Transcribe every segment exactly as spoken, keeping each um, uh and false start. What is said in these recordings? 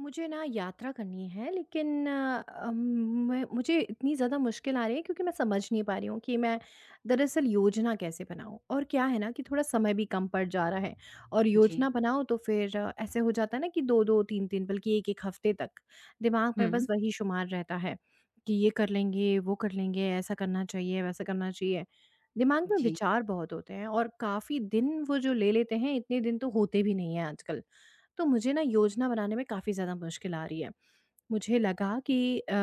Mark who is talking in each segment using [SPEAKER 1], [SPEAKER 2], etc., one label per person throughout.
[SPEAKER 1] मुझे ना यात्रा करनी है लेकिन अ, अम, मैं मुझे इतनी ज़्यादा मुश्किल आ रही है, क्योंकि मैं समझ नहीं पा रही हूँ कि मैं दरअसल योजना कैसे बनाऊँ। और क्या है ना कि थोड़ा समय भी कम पड़ जा रहा है, और
[SPEAKER 2] जी।
[SPEAKER 1] योजना बनाओ तो फिर अ, ऐसे हो जाता है ना कि दो दो तीन तीन बल्कि एक एक हफ्ते तक दिमाग में
[SPEAKER 2] हुँ।
[SPEAKER 1] बस वही शुमार रहता है कि ये कर लेंगे, वो कर लेंगे, ऐसा करना चाहिए, वैसा करना चाहिए। दिमाग में
[SPEAKER 2] जी।
[SPEAKER 1] विचार बहुत होते हैं, और काफ़ी दिन वो जो ले लेते हैं, इतने दिन तो होते भी नहीं हैं आजकल। तो मुझे ना योजना बनाने में काफ़ी ज़्यादा मुश्किल आ रही है। मुझे लगा कि अ,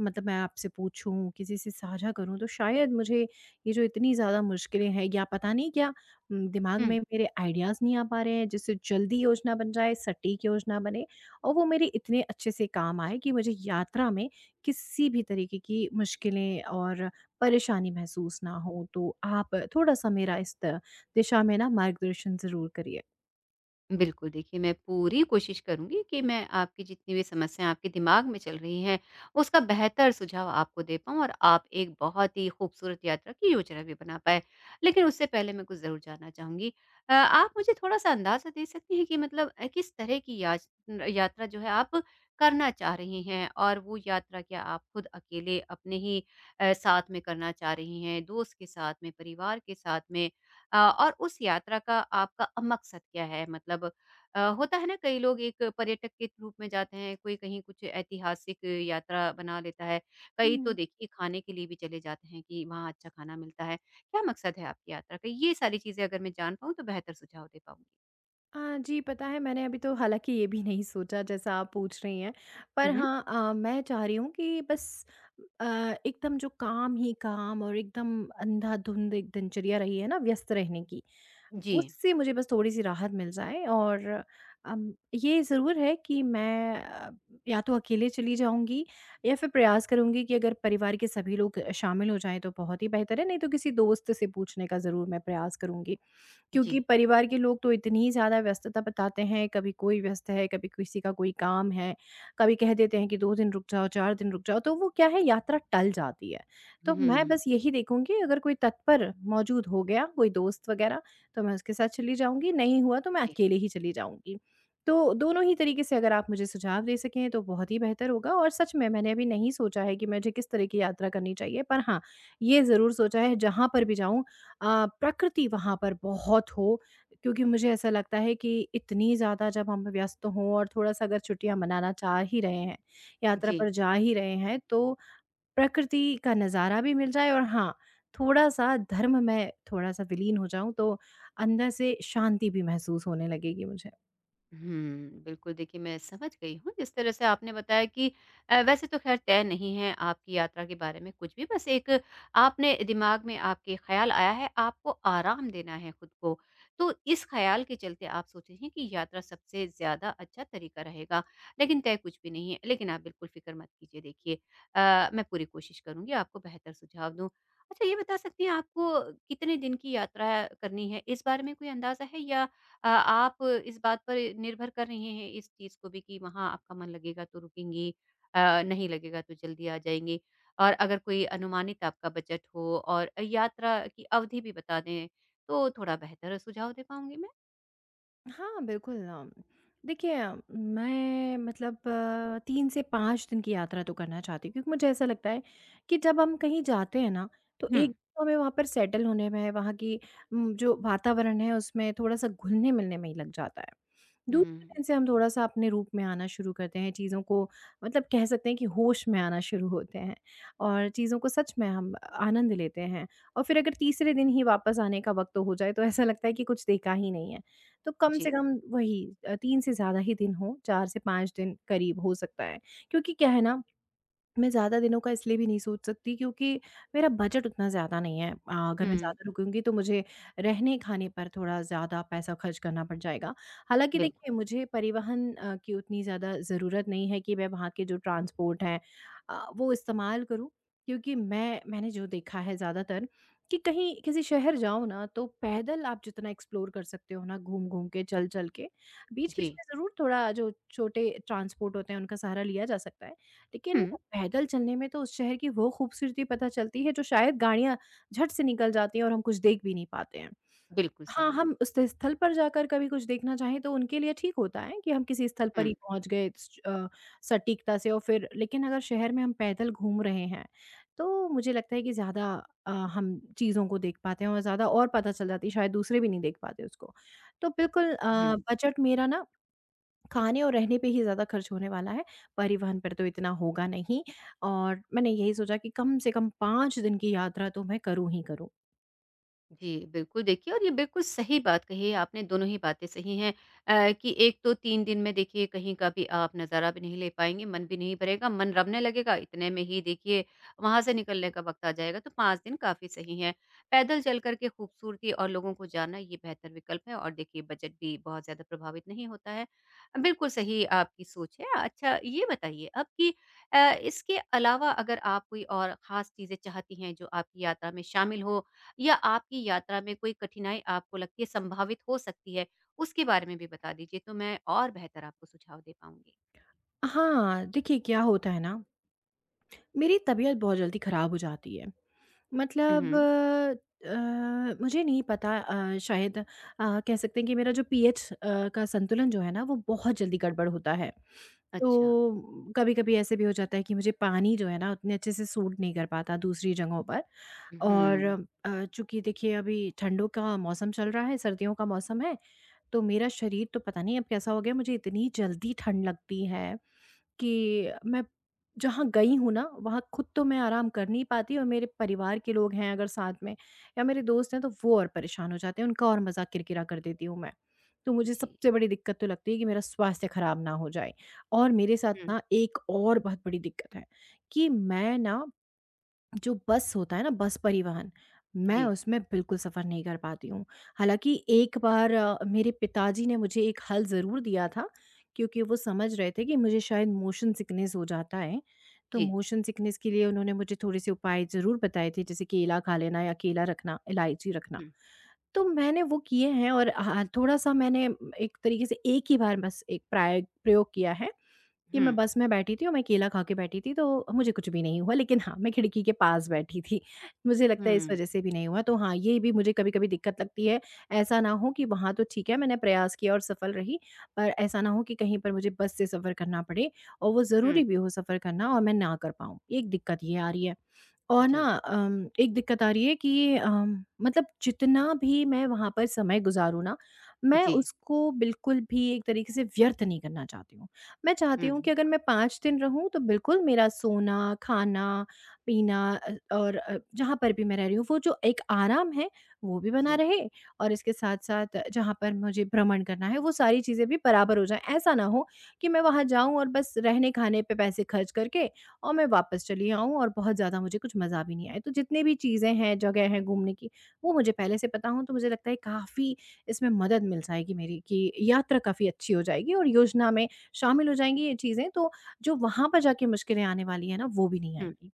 [SPEAKER 1] मतलब मैं आपसे पूछूँ, किसी से साझा करूँ, तो शायद मुझे ये जो इतनी ज़्यादा मुश्किलें हैं, या पता नहीं क्या, उम, दिमाग
[SPEAKER 2] हुँ।
[SPEAKER 1] में मेरे आइडियाज़ नहीं आ पा रहे हैं, जिससे जल्दी योजना बन जाए, सटीक योजना बने और वो मेरे इतने अच्छे से काम आए कि मुझे यात्रा में किसी भी तरीके की मुश्किलें और परेशानी महसूस ना हो। तो आप थोड़ा-सा मेरा इस त दिशा में ना मार्गदर्शन ज़रूर करिए।
[SPEAKER 2] बिल्कुल, देखिए मैं पूरी कोशिश करूँगी कि मैं आपकी जितनी भी समस्याएँ आपके दिमाग में चल रही हैं, उसका बेहतर सुझाव आपको दे पाऊँ और आप एक बहुत ही खूबसूरत यात्रा की योजना भी बना पाएँ। लेकिन उससे पहले मैं कुछ ज़रूर जानना चाहूँगी। अ, आप मुझे थोड़ा-सा अंदाज़ा दे सकती हैं कि मतलब अ, किस तरह की याच यात्रा जो है आप करना चाह रही हैं? और वो यात्रा क्या आप खुद अकेले अपने ही अ, साथ में करना चाह रही हैं, दोस्त के साथ में, परिवार के साथ में? अ, और उस यात्रा का आपका अ, मकसद क्या है? मतलब अ, होता है ना कई लोग एक पर्यटक के रूप में जाते हैं, कोई कहीं कुछ ऐतिहासिक यात्रा बना लेता है, कई तो देखिए खाने के लिए भी चले जाते हैं कि वहाँ अच्छा खाना मिलता है। क्या मकसद है आपकी यात्रा का? ये सारी चीज़ें अगर मैं जान पाऊँ तो बेहतर सुझाव दे पाऊँगी।
[SPEAKER 1] अ, जी, पता है, मैंने अभी तो हालाँकि ये भी नहीं सोचा जैसा आप पूछ रही हैं।
[SPEAKER 2] हुँ,
[SPEAKER 1] पर
[SPEAKER 2] हुँ।
[SPEAKER 1] हाँ, अ, मैं चाह रही हूँ कि बस अ, एकदम जो काम ही काम और एकदम अंधाधुंध एक दिनचर्या रही है ना व्यस्त रहने की,
[SPEAKER 2] जी,
[SPEAKER 1] उससे मुझे बस थोड़ी-सी राहत मिल जाए। और अम, ये ज़रूर है कि मैं अ, या तो अकेले चली जाऊँगी, या फिर प्रयास करूँगी कि अगर परिवार के सभी लोग शामिल हो जाएँ तो बहुत ही बेहतर है, नहीं तो किसी दोस्त से पूछने का ज़रूर मैं प्रयास करूँगी। क्योंकि
[SPEAKER 2] जी।
[SPEAKER 1] परिवार के लोग तो इतनी ज़्यादा व्यस्तता बताते हैं, कभी कोई व्यस्त है, कभी किसी का कोई काम है, कभी कह देते हैं कि दो दिन रुक जाओ, चार दिन रुक जाओ, तो वो क्या है, यात्रा टल जाती है। तो मैं
[SPEAKER 2] हुँ,
[SPEAKER 1] बस यही देखूँगी, अगर कोई तत्पर मौजूद हो गया, कोई दोस्त वगैरह, तो मैं उसके साथ चली जाऊँगी, नहीं हुआ तो मैं
[SPEAKER 2] जी,
[SPEAKER 1] अकेले ही चली जाऊँगी। तो दोनों ही तरीके से अगर आप मुझे सुझाव दे सकें तो बहुत ही बेहतर होगा। और सच में मैंने अभी नहीं सोचा है कि मुझे किस तरह की यात्रा करनी चाहिए, पर हाँ, ये ज़रूर सोचा है, जहाँ पर भी जाऊँ अ, प्रकृति वहाँ पर बहुत हो, क्योंकि मुझे ऐसा लगता है कि इतनी ज़्यादा जब हम व्यस्त हों और थोड़ा-सा अगर छुट्टियाँ मनाना चाह ही रहे हैं, यात्रा
[SPEAKER 2] जी।
[SPEAKER 1] पर जा ही रहे हैं, तो प्रकृति का नज़ारा भी मिल जाए। और हाँ, थोड़ा-सा धर्म में थोड़ा-सा विलीन हो जाऊँ, तो अंदर से शांति भी महसूस होने लगेगी मुझे।
[SPEAKER 2] हुँ, बिल्कुल देखिए मैं समझ गई हूँ, जिस तरह से आपने बताया कि अ, वैसे तो ख़ैर तय नहीं है आपकी यात्रा के बारे में कुछ भी, बस एक आपने दिमाग में आपके ख़्याल आया है, आपको आराम देना है खुद को। तो इस ख़्याल के चलते आप सोचे हैं कि यात्रा सबसे ज़्यादा अच्छा तरीका रहेगा, लेकिन तय कुछ भी नहीं है। लेकिन आप बिल्कुल फ़िक्र मत कीजिए देखिए अ, मैं पूरी कोशिश करूँगी आपको बेहतर सुझाव दूँ। अच्छा ये बता सकती हैं आपको कितने दिन की यात्रा करनी है, इस बारे में कोई अंदाज़ा है या अ, आप इस बात पर निर्भर कर रही हैं इस चीज़ को भी कि वहाँ आपका मन लगेगा तो रुकेंगी अ, नहीं लगेगा तो जल्दी आ जाएँगी। और अगर कोई अनुमानित आपका बजट हो और यात्रा की अवधि भी बता दें, तो थोड़ा बेहतर सुझाव दे पाऊँगी मैं।
[SPEAKER 1] हाँ, बिल्कुल, अम, देखिए, मैं मतलब अ, तीन से पांच दिन की यात्रा तो करना चाहती हूँ, क्योंकि मुझे ऐसा लगता है कि जब हम कहीं जाते हैं ना, तो
[SPEAKER 2] हुँ,
[SPEAKER 1] एक तो हमें वहाँ पर सेटल होने में, वहाँ की उम, जो वातावरण है उसमें थोड़ा-सा घुलने-मिलने में ही लग जाता है। दूसरे
[SPEAKER 2] हुँ,
[SPEAKER 1] दिन से हम थोड़ा-सा अपने रूप में आना शुरू करते हैं, चीज़ों को मतलब कह सकते हैं कि होश में आना शुरू होते हैं, और चीज़ों को सच में हम आनंद लेते हैं। और फिर अगर तीसरे दिन ही वापस आने का वक़्त हो जाए, तो ऐसा लगता है कि कुछ देखा ही नहीं है। तो कम से
[SPEAKER 2] जी।
[SPEAKER 1] कम वही अ, तीन से ज़्यादा ही दिन हों, चार से पांच दिन करीब हो सकता है। क्योंकि क्या है ना, मैं ज़्यादा दिनों का इसलिए भी नहीं सोच सकती, क्योंकि मेरा बजट उतना ज़्यादा नहीं है। अ, अगर मैं
[SPEAKER 2] हुँ,
[SPEAKER 1] ज़्यादा रुकूँगी तो मुझे रहने-खाने पर थोड़ा ज़्यादा पैसा खर्च करना पड़ जाएगा। हालाँकि
[SPEAKER 2] बिल्कुल,
[SPEAKER 1] देखिए, मुझे परिवहन अ, की उतनी ज़्यादा ज़रूरत नहीं है कि मैं वहाँ के जो ट्रांसपोर्ट हैं अ, वो इस्तेमाल करूँ। क्योंकि मैं मैंने जो देखा है ज़्यादातर, कि कहीं किसी शहर जाओ ना, तो पैदल आप जितना एक्सप्लोर कर सकते हो ना, घूम-घूम के, चल-चल के, बीच-बीच
[SPEAKER 2] जी।
[SPEAKER 1] में ज़रूर थोड़ा जो छोटे ट्रांसपोर्ट होते हैं उनका सहारा लिया जा सकता है।
[SPEAKER 2] हुँ,
[SPEAKER 1] लेकिन पैदल चलने में तो उस शहर की वो खूबसूरती पता चलती है, जो शायद गाड़ियाँ झट से निकल जाती हैं और हम कुछ देख भी नहीं पाते हैं।
[SPEAKER 2] बिल्कुल
[SPEAKER 1] हाँ,
[SPEAKER 2] सही।
[SPEAKER 1] हम उस स्थल पर जाकर कभी कुछ देखना चाहें, तो उनके लिए ठीक होता है कि हम किसी स्थल पर
[SPEAKER 2] हुँ,
[SPEAKER 1] ही पहुँच गए स अ, सटीकता से। और फिर लेकिन अगर शहर में हम पैदल घूम रहे हैं, तो मुझे लगता है कि ज़्यादा अ, हम चीज़ों को देख पाते हैं, और ज़्यादा और पता चल जाती है, शायद दूसरे भी नहीं देख पाते उसको। तो बिल्कुल अ,
[SPEAKER 2] हुँ।
[SPEAKER 1] बजट मेरा ना खाने और रहने पे ही ज़्यादा खर्च होने वाला है, परिवहन पर तो इतना होगा नहीं, और मैंने यही सोचा कि कम से कम पांच दिन की यात्रा तो मैं करूँ ही करूँ।
[SPEAKER 2] जी, बिल्कुल देखिए और ये बिल्कुल सही बात कही है आपने, दोनों ही बातें सही हैं अ, कि एक तो तीन दिन में देखिए कहीं का भी आप नज़ारा भी नहीं ले पाएँगे, मन भी नहीं भरेगा, मन रमने लगेगा, इतने में ही देखिए वहाँ से निकलने का वक़्त आ जाएगा, तो पाँच दिन काफ़ी सही हैं। पैदल चल कर के खूबसूरती और लोगों को जानना ये बेहतर विकल्प है और देखिए बजट भी बहुत ज़्यादा प्रभावित नहीं होता है। बिल्कुल सही आपकी सोच है। अच्छा ये बताइए अब कि अ, इसके अलावा अगर आप कोई और ख़ास चीज़ें चाहती हैं जो आपकी यात्रा में शामिल हो या आपकी यात्रा में कोई कठिनाई आपको लगती है संभावित हो सकती है, उसके बारे में भी बता दीजिए तो मैं और बेहतर आपको सुझाव दे पाऊँगी।
[SPEAKER 1] हाँ, देखिए क्या होता है ना, मेरी तबीयत बहुत जल्दी ख़राब हो जाती है।
[SPEAKER 2] हुँ।
[SPEAKER 1] मतलब अ, अ, मुझे नहीं पता, अ, शायद अ, कह सकते हैं कि मेरा जो पीएच अ, का संतुलन जो है ना, वो बहुत जल्दी गड़बड़ होता है। तो
[SPEAKER 2] अच्छा।
[SPEAKER 1] कभी-कभी ऐसे भी हो जाता है कि मुझे पानी जो है ना, उतने अच्छे से सूट नहीं कर पाता दूसरी जगहों पर। और
[SPEAKER 2] हुँ।
[SPEAKER 1] अ, चूँकि देखिए अभी ठंडों का मौसम चल रहा है, सर्दियों का मौसम है, तो मेरा शरीर तो पता नहीं अब कैसा हो गया, मुझे इतनी जल्दी ठंड लगती है कि मैं जहाँ गई हूँ ना, वहाँ खुद तो मैं आराम कर नहीं पाती, और मेरे परिवार के लोग हैं अगर साथ में, या मेरे दोस्त हैं, तो वो और परेशान हो जाते हैं, उनका और मज़ाक किरकिरा कर देती हूँ मैं। तो मुझे
[SPEAKER 2] जी।
[SPEAKER 1] सबसे बड़ी दिक्कत तो लगती है कि मेरा स्वास्थ्य ख़राब ना हो जाए। और मेरे साथ
[SPEAKER 2] हुँ।
[SPEAKER 1] ना एक और बहुत बड़ी दिक्कत है कि मैं ना, जो बस होता है ना, बस परिवहन, मैं
[SPEAKER 2] जी,
[SPEAKER 1] उसमें बिल्कुल सफ़र नहीं कर पाती हूँ। हालाँकि एक बार अ, मेरे पिताजी ने मुझे एक हल ज़रूर दिया था, क्योंकि वो समझ रहे थे कि मुझे शायद मोशन सिकनेस हो जाता है। तो
[SPEAKER 2] जी।
[SPEAKER 1] मोशन सिकनेस के लिए उन्होंने मुझे थोड़े-से उपाय ज़रूर बताए थे, जैसे केला खा लेना या केला रखना, इलायची रखना।
[SPEAKER 2] हुँ,
[SPEAKER 1] तो मैंने वो किए हैं, और हाँ, थोड़ा-सा मैंने एक तरीके से एक ही बार बस एक प्राय प्रयोग किया है। कि मैं
[SPEAKER 2] हुँ,
[SPEAKER 1] बस में बैठी थी और मैं केला खा के बैठी थी, तो मुझे कुछ भी नहीं हुआ। लेकिन हाँ, मैं खिड़की के पास बैठी थी। मुझे लगता है इस
[SPEAKER 2] हुँ,
[SPEAKER 1] वज़ह से भी नहीं हुआ। तो हाँ, ये भी मुझे कभी-कभी दिक्कत लगती है। ऐसा ना हो कि वहाँ तो ठीक है, मैंने प्रयास किया और सफल रही, पर ऐसा ना हो कि कहीं पर मुझे बस से सफ़र करना पड़े, और वो
[SPEAKER 2] हुँ।
[SPEAKER 1] ज़रूरी भी हो सफ़र करना, और मैं ना कर पाऊँ। एक दिक्कत ये आ रही है। और ना
[SPEAKER 2] जी।
[SPEAKER 1] अम, एक दिक्कत आ रही है कि अम, मतलब जितना भी मैं वहाँ पर समय गुज़ारूँ ना, मैं
[SPEAKER 2] जी।
[SPEAKER 1] उसको बिल्कुल भी एक तरीके से व्यर्थ नहीं करना चाहती हूँ। मैं चाहती
[SPEAKER 2] हुँ,
[SPEAKER 1] हूँ कि
[SPEAKER 2] हुँ।
[SPEAKER 1] अगर मैं पांच दिन रहूँ तो बिल्कुल मेरा सोना, खाना, पीना अ, और अ, जहाँ पर भी मैं रह रही हूँ वो जो एक आराम है वो भी बना
[SPEAKER 2] जी।
[SPEAKER 1] रहे, और इसके साथ-साथ जहाँ पर मुझे भ्रमण करना है वो सारी चीज़ें भी बराबर हो जाएँ। ऐसा ना हो कि मैं वहाँ जाऊँ और बस रहने-खाने पे पैसे खर्च करके और मैं वापस चली आऊँ और बहुत ज़्यादा मुझे कुछ मज़ा भी नहीं आए। तो जितनी भी चीज़ें हैं, जगह हैं घूमने की, वो मुझे पहले से पता हों, तो मुझे लगता है काफ़ी इसमें मदद मिल जाएगी मेरी, कि यात्रा काफ़ी अच्छी हो जाएगी और योजना में शामिल हो जाएँगी ये चीज़ें, तो जो वहाँ पर जाके मुश्किलें आने वाली हैं ना, वो भी नहीं
[SPEAKER 2] हम्म।
[SPEAKER 1] आएँगी।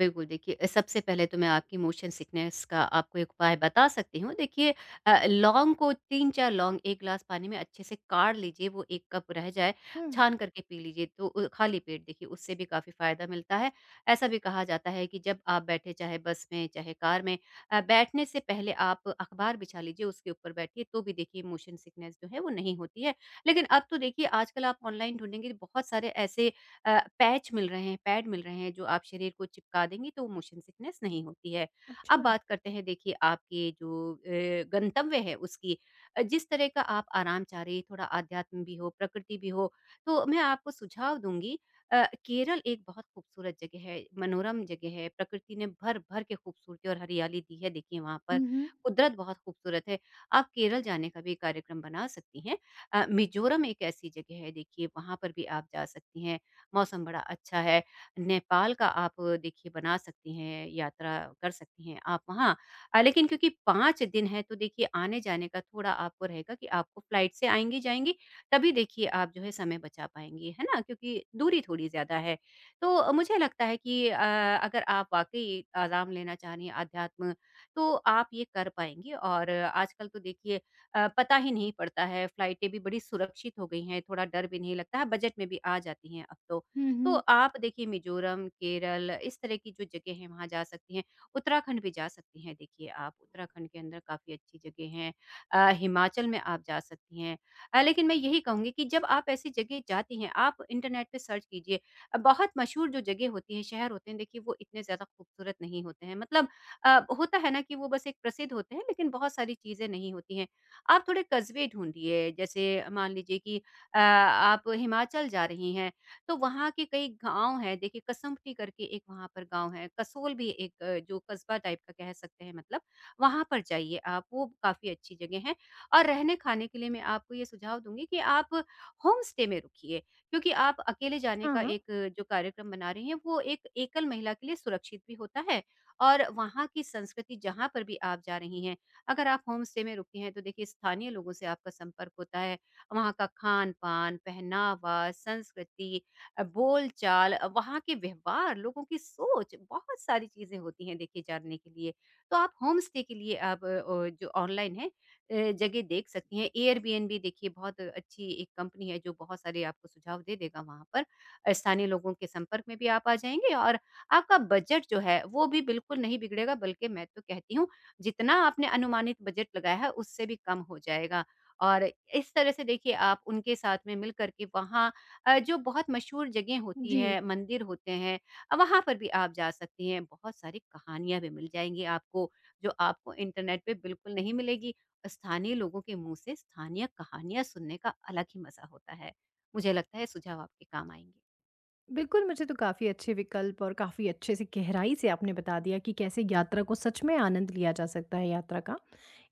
[SPEAKER 2] बिल्कुल, देखिए अ, सबसे पहले तो मैं आपकी मोशन सिकनेस का आपको एक उपाय बता सकती हूँ। देखिए अ, लौंग को तीन चार लौंग एक ग्लास पानी में अच्छे से काढ़ लीजिए, वो एक कप रह जाए,
[SPEAKER 1] हुँ,
[SPEAKER 2] छान करके पी लीजिए, तो अ, खाली पेट देखिए उससे भी काफ़ी फ़ायदा मिलता है। ऐसा भी कहा जाता है कि जब आप बैठे चाहे बस में, चाहे कार में अ, बैठने से पहले आप अखबार बिछा लीजिए, उसके ऊपर बैठिए, तो भी देखिए मोशन सिकनेस जो है वो नहीं होती है। लेकिन अब तो देखिए आजकल आप ऑनलाइन ढूँढेंगे बहुत सारे ऐसे अ, पैच मिल रहे हैं, पैड मिल रहे हैं जो आप शरीर को चिपका देंगी तो मोशन सिकनेस नहीं होती है। अब
[SPEAKER 1] अच्छा। हाँ।
[SPEAKER 2] बात करते हैं देखिए आपके जो अ, गंतव्य है उसकी अ, जिस तरह का आप आराम चाह रही हैं, थोड़ा आध्यात्म भी हो, प्रकृति भी हो, तो मैं आपको सुझाव दूँगी अ, केरल एक बहुत खूबसूरत जगह है, मनोरम जगह है, प्रकृति ने भर-भर के खूबसूरती और हरियाली दी है देखिए वहाँ पर,
[SPEAKER 1] हुँ, हुँ।
[SPEAKER 2] कुदरत बहुत खूबसूरत है। आप केरल जाने का भी कार्यक्रम बना सकती हैं। अ, मिज़ोरम एक ऐसी जगह है देखिए वहाँ पर भी आप जा सकती हैं। मौसम बड़ा अच्छा है। नेपाल का आप देखिए बना सकती हैं, यात्रा कर सकती हैं आप वहाँ। अ, लेकिन क्योंकि पाँच दिन है तो देखिए आने-जाने का थोड़ा आपको रहेगा कि आपको फ्लाइट से आएँगी, जाएँगी तभी देखिए आप जो है समय बचा पाएँगी, है ना? क्योंकि दूरी थोड़ी ज़्यादा है। तो मुझे लगता है कि अ, अगर आप वाक़ई आराम लेना चाह रही हैं आध्यात्म, तो आप ये कर पाएँगी और आजकल तो देखिए अ, पता ही नहीं पड़ता है, फ्लाइटें भी बड़ी सुरक्षित हो गई हैं, थोड़ा डर भी नहीं लगता है, बजट में भी आ जाती हैं अब तो।
[SPEAKER 1] हुँ,
[SPEAKER 2] तो
[SPEAKER 1] हुँ।
[SPEAKER 2] आप देखिए मिज़ोरम, केरल इस तरह की जो जगह हैं वहाँ जा सकती हैं। उत्तराखंड भी जा सकती हैं देखिए आप, उत्तराखंड के अंदर काफ़ी अच्छी जगह हैं। अ, हिमाचल में आप जा सकती हैं। अ, लेकिन मैं यही कहूँगी कि जब आप ऐसी जगह जाती हैं आप इंटरनेट पे सर्च कीजिए। अ, बहुत मशहूर जो जगह होती हैं, शहर होते हैं देखिए वो इतने ज़्यादा खूबसूरत नहीं होते हैं। मतलब अ, होता है ना कि वो बस एक प्रसिद्ध होते हैं लेकिन बहुत सारी चीज़ें नहीं होती हैं। आप थोड़े कस्बे ढूँढिए जैसे मान लीजिए कि अ, आप हिमाचल जा रही हैं तो वहाँ के कई गाँव हैं देखिए कसुम्पटी करके एक वहाँ पर गाँव है, कसोल भी एक अ, जो कस्बा टाइप का कह सकते हैं मतलब, वहाँ पर जाइए आप वो काफ़ी अच्छी जगह है। और रहने-खाने के लिए मैं आपको ये सुझाव दूँगी कि आप होम स्टे में रुकिए, क्योंकि आप अकेले जाने का
[SPEAKER 1] हाँ,
[SPEAKER 2] एक अ, जो कार्यक्रम बना रहे हैं वो एक एकल महिला के लिए सुरक्षित भी होता है और वहाँ की संस्कृति जहाँ पर भी आप जा रही हैं, अगर आप होम स्टे में रुके हैं तो देखिए स्थानीय लोगों से आपका संपर्क होता है, वहाँ का खान-पान, पहनावा, संस्कृति अ, बोलचाल अ, वहाँ के व्यवहार, लोगों की सोच, बहुत सारी चीज़ें होती हैं देखिए जानने के लिए। तो आप होम स्टे के लिए आप अ, अ, जो ऑनलाइन है अ, जगह देख सकती हैं। एयरबीएनबी देखिए बहुत अच्छी एक कंपनी है जो बहुत सारे आपको सुझाव दे देगा वहाँ पर। अ, स्थानीय लोगों के संपर्क में भी आप आ जाएँगे और आपका बजट जो है वो भी बिल्कुल नहीं बिगड़ेगा बल्कि मैं तो कहती हूँ जितना आपने अनुमानित बजट लगाया है उससे भी कम हो जाएगा। और इस तरह से देखिए आप उनके साथ में मिल कर के वहाँ अ, जो बहुत मशहूर जगह होती
[SPEAKER 1] जी।
[SPEAKER 2] है, मंदिर होते हैं अ, वहाँ पर भी आप जा सकती हैं। बहुत सारी कहानियाँ भी मिल जाएँगी आपको, जो आपको इंटरनेट पे बिल्कुल नहीं मिलेगी। स्थानीय लोगों के मुँह से स्थानीय कहानियाँ सुनने का अलग ही मज़ा होता है। मुझे लगता है सुझाव आपके काम आएँगे।
[SPEAKER 1] बिल्कुल, मुझे तो काफ़ी अच्छे विकल्प और काफ़ी अच्छे से गहराई से आपने बता दिया कि कैसे यात्रा को सच में आनंद लिया जा सकता है, यात्रा का।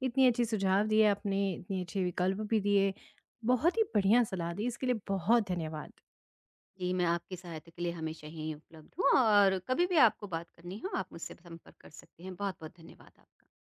[SPEAKER 1] इतनी अच्छी सुझाव दिए आपने, इतने अच्छे विकल्प भी दिए। बहुत ही बढ़िया सलाह दी, इसके लिए बहुत धन्यवाद।
[SPEAKER 2] जी, मैं आपकी सहायता के लिए हमेशा यहीं उपलब्ध हूँ और कभी भी आपको बात करनी हो, आप मुझसे संपर्क कर सकती हैं। बहुत-बहुत धन्यवाद आपका।